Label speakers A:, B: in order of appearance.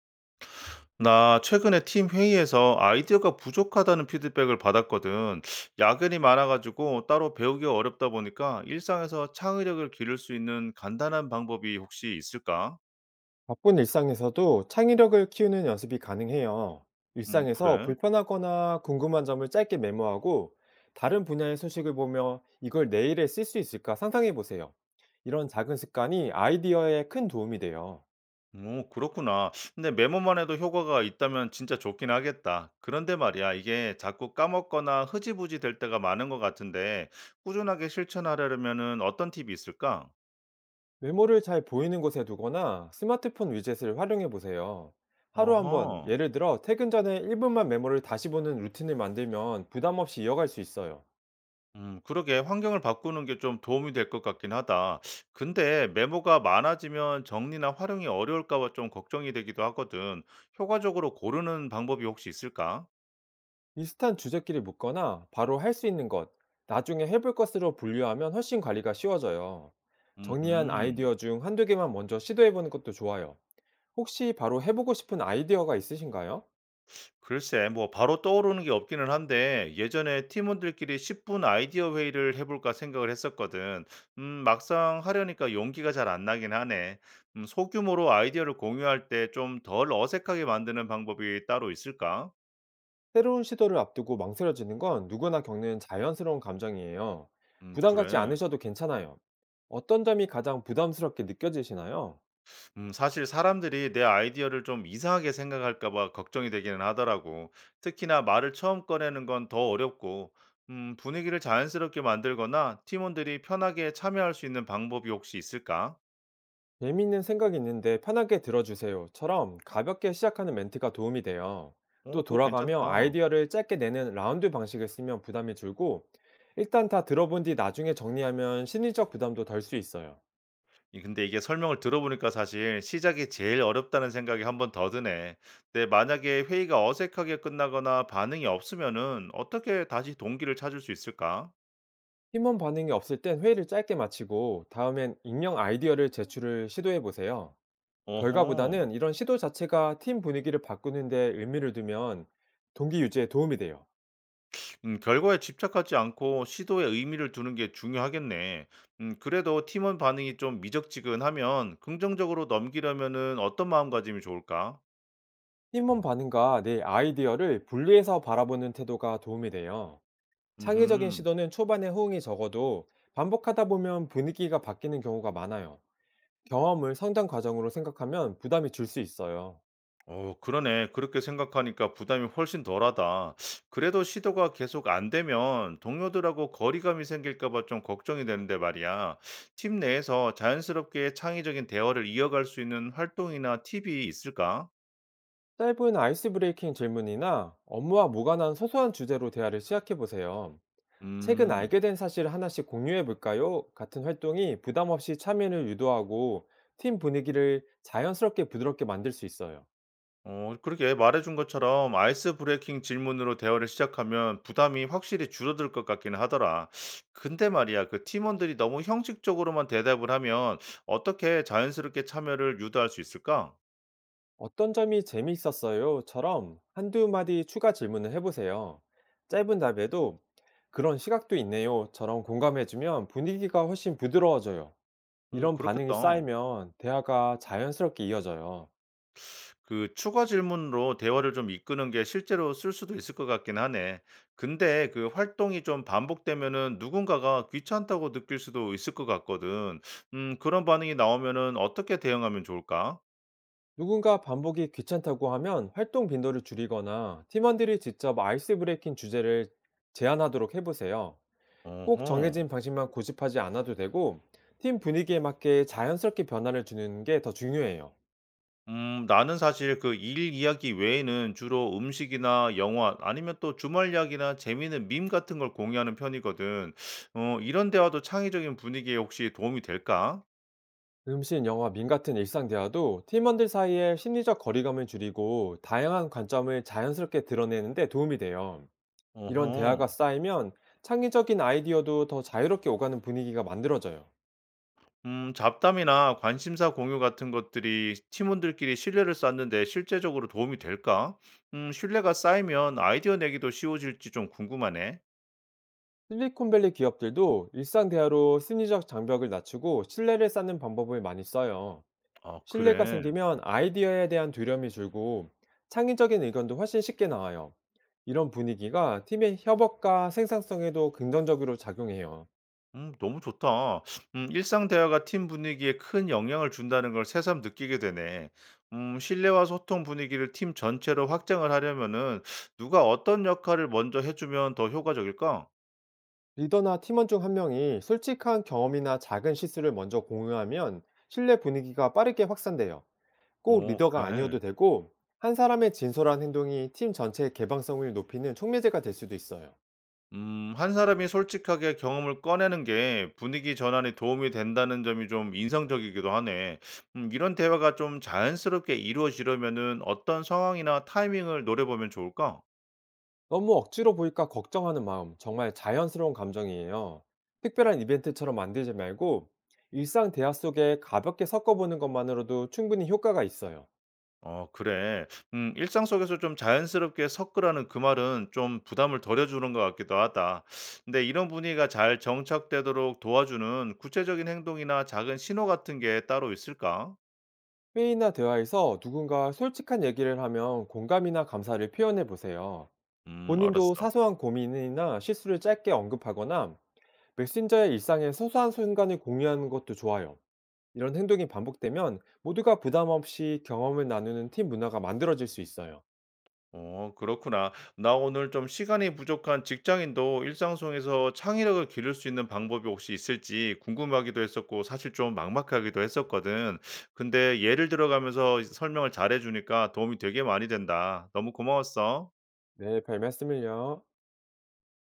A: 나 최근에 팀 회의에서 아이디어가 부족하다는 피드백을 받았거든. 야근이 많아가지고 따로 배우기가 어렵다 보니까 일상에서 창의력을 기를 수 있는 간단한 방법이 혹시 있을까?
B: 바쁜 일상에서도 창의력을 키우는 연습이 가능해요. 일상에서
A: 그래.
B: 불편하거나 궁금한 점을 짧게 메모하고 다른 분야의 소식을 보며 이걸 내일에 쓸 수 있을까 상상해 보세요. 이런 작은 습관이 아이디어에 큰 도움이 돼요.
A: 오, 그렇구나. 근데 메모만 해도 효과가 있다면 진짜 좋긴 하겠다. 그런데 말이야, 이게 자꾸 까먹거나 흐지부지 될 때가 많은 것 같은데, 꾸준하게 실천하려면은 어떤 팁이 있을까?
B: 메모를 잘 보이는 곳에 두거나 스마트폰 위젯을 활용해 보세요. 하루 한번
A: 어허.
B: 예를 들어 퇴근 전에 1분만 메모를 다시 보는 루틴을 만들면 부담 없이 이어갈 수 있어요.
A: 그러게 환경을 바꾸는 게 좀 도움이 될 것 같긴 하다. 근데 메모가 많아지면 정리나 활용이 어려울까 봐 좀 걱정이 되기도 하거든. 효과적으로 고르는 방법이 혹시 있을까?
B: 비슷한 주제끼리 묶거나 바로 할 수 있는 것, 나중에 해볼 것으로 분류하면 훨씬 관리가 쉬워져요. 정리한
A: 음,
B: 아이디어 중 한두 개만 먼저 시도해보는 것도 좋아요. 혹시 바로 해보고 싶은 아이디어가 있으신가요?
A: 글쎄, 뭐 바로 떠오르는 게 없기는 한데 예전에 팀원들끼리 10분 아이디어 회의를 해볼까 생각을 했었거든. 막상 하려니까 용기가 잘 안 나긴 하네. 소규모로 아이디어를 공유할 때 좀 덜 어색하게 만드는 방법이 따로 있을까?
B: 새로운 시도를 앞두고 망설여지는 건 누구나 겪는 자연스러운 감정이에요. 부담 갖지
A: 그래.
B: 않으셔도 괜찮아요. 어떤 점이 가장 부담스럽게 느껴지시나요?
A: 사실 사람들이 내 아이디어를 좀 이상하게 생각할까 봐 걱정이 되기는 하더라고. 특히나 말을 처음 꺼내는 건 더 어렵고, 분위기를 자연스럽게 만들거나 팀원들이 편하게 참여할 수 있는 방법이 혹시 있을까?
B: "재미있는 생각이 있는데 편하게 들어주세요."처럼 가볍게 시작하는 멘트가 도움이 돼요.
A: 어,
B: 또
A: 그거
B: 돌아가며
A: 괜찮다.
B: 아이디어를 짧게 내는 라운드 방식을 쓰면 부담이 줄고, 일단 다 들어본 뒤 나중에 정리하면 심리적 부담도 덜 수 있어요.
A: 근데 이게 설명을 들어보니까 사실 시작이 제일 어렵다는 생각이 한번 더 드네. 근데 만약에 회의가 어색하게 끝나거나 반응이 없으면은 어떻게 다시 동기를 찾을 수 있을까?
B: 팀원 반응이 없을 땐 회의를 짧게 마치고, 다음엔 익명 아이디어를 제출을 시도해 보세요.
A: 어허.
B: 결과보다는 이런 시도 자체가 팀 분위기를 바꾸는데 의미를 두면 동기 유지에 도움이 돼요.
A: 결과에 집착하지 않고 시도에 의미를 두는 게 중요하겠네. 그래도 팀원 반응이 좀 미적지근하면 긍정적으로 넘기려면은 어떤 마음가짐이 좋을까?
B: 팀원 반응과 내 아이디어를 분리해서 바라보는 태도가 도움이 돼요. 창의적인
A: 음,
B: 시도는 초반에 호응이 적어도 반복하다 보면 분위기가 바뀌는 경우가 많아요. 경험을 성장 과정으로 생각하면 부담이 줄 수 있어요.
A: 어, 그러네. 그렇게 생각하니까 부담이 훨씬 덜하다. 그래도 시도가 계속 안 되면 동료들하고 거리감이 생길까 봐 좀 걱정이 되는데 말이야. 팀 내에서 자연스럽게 창의적인 대화를 이어갈 수 있는 활동이나 팁이 있을까?
B: 짧은 아이스 브레이킹 질문이나 업무와 무관한 소소한 주제로 대화를 시작해 보세요. "최근
A: 음.
B: 알게 된 사실 하나씩 공유해 볼까요?" 같은 활동이 부담 없이 참여를 유도하고 팀 분위기를 자연스럽게 부드럽게 만들 수 있어요.
A: 그렇게 말해 준 것처럼 아이스 브레이킹 질문으로 대화를 시작하면 부담이 확실히 줄어들 것 같기는 하더라. 근데 말이야, 그 팀원들이 너무 형식적으로만 대답을 하면 어떻게 자연스럽게 참여를 유도할 수 있을까?
B: "어떤 점이 재미있었어요?"처럼 한두 마디 추가 질문을 해보세요. 짧은 답에도 "그런 시각도 있네요."처럼 공감해주면 분위기가 훨씬 부드러워져요.
A: 오,
B: 이런 반응이
A: 그렇겠다.
B: 쌓이면 대화가 자연스럽게 이어져요.
A: 그 추가 질문으로 대화를 좀 이끄는 게 실제로 쓸 수도 있을 것 같긴 하네. 근데 그 활동이 좀 반복되면은 누군가가 귀찮다고 느낄 수도 있을 것 같거든. 그런 반응이 나오면은 어떻게 대응하면 좋을까?
B: 누군가 반복이 귀찮다고 하면 활동 빈도를 줄이거나 팀원들이 직접 아이스 브레이킹 주제를 제안하도록 해보세요. 꼭
A: 어허.
B: 정해진 방식만 고집하지 않아도 되고, 팀 분위기에 맞게 자연스럽게 변화를 주는 게 더 중요해요.
A: 나는 사실 그 일 이야기 외에는 주로 음식이나 영화 아니면 또 주말 이야기나 재미있는 밈 같은 걸 공유하는 편이거든. 이런 대화도 창의적인 분위기에 혹시 도움이 될까?
B: 음식, 영화, 밈 같은 일상 대화도 팀원들 사이의 심리적 거리감을 줄이고 다양한 관점을 자연스럽게 드러내는데 도움이 돼요. 이런 대화가
A: 어허.
B: 쌓이면 창의적인 아이디어도 더 자유롭게 오가는 분위기가 만들어져요.
A: 잡담이나 관심사 공유 같은 것들이 팀원들끼리 신뢰를 쌓는 데 실제적으로 도움이 될까? 신뢰가 쌓이면 아이디어 내기도 쉬워질지 좀 궁금하네.
B: 실리콘밸리 기업들도 일상 대화로 심리적 장벽을 낮추고 신뢰를 쌓는 방법을 많이 써요.
A: 아,
B: 신뢰가
A: 그래.
B: 생기면 아이디어에 대한 두려움이 줄고 창의적인 의견도 훨씬 쉽게 나와요. 이런 분위기가 팀의 협업과 생산성에도 긍정적으로 작용해요.
A: 너무 좋다. 일상 대화가 팀 분위기에 큰 영향을 준다는 걸 새삼 느끼게 되네. 신뢰와 소통 분위기를 팀 전체로 확장을 하려면은 누가 어떤 역할을 먼저 해 주면 더 효과적일까?
B: 리더나 팀원 중 한 명이 솔직한 경험이나 작은 실수를 먼저 공유하면 신뢰 분위기가 빠르게 확산돼요. 꼭
A: 오,
B: 리더가
A: 그래.
B: 아니어도 되고, 한 사람의 진솔한 행동이 팀 전체의 개방성을 높이는 촉매제가 될 수도 있어요.
A: 한 사람이 솔직하게 경험을 꺼내는 게 분위기 전환에 도움이 된다는 점이 좀 인상적이기도 하네. 이런 대화가 좀 자연스럽게 이루어지려면은 어떤 상황이나 타이밍을 노려보면 좋을까?
B: 너무 억지로 보일까 걱정하는 마음, 정말 자연스러운 감정이에요. 특별한 이벤트처럼 만들지 말고, 일상 대화 속에 가볍게 섞어보는 것만으로도 충분히 효과가 있어요.
A: 어, 그래. 일상 속에서 좀 자연스럽게 섞으라는 그 말은 좀 부담을 덜어 주는 것 같기도 하다. 근데 이런 분위기가 잘 정착되도록 도와주는 구체적인 행동이나 작은 신호 같은 게 따로 있을까?
B: 회의나 대화에서 누군가 솔직한 얘기를 하면 공감이나 감사를 표현해 보세요. 본인도
A: 알았어.
B: 사소한 고민이나 실수를 짧게 언급하거나 메신저의 일상의 소소한 순간을 공유하는 것도 좋아요. 이런 행동이 반복되면 모두가 부담 없이 경험을 나누는 팀 문화가 만들어질 수 있어요.
A: 어, 그렇구나. 나 오늘 좀 시간이 부족한 직장인도 일상 속에서 창의력을 기를 수 있는 방법이 혹시 있을지 궁금하기도 했었고 사실 좀 막막하기도 했었거든. 근데 예를 들어가면서 설명을 잘해 주니까 도움이 되게 많이 된다. 너무 고마웠어.
B: 네, 별 말씀을요.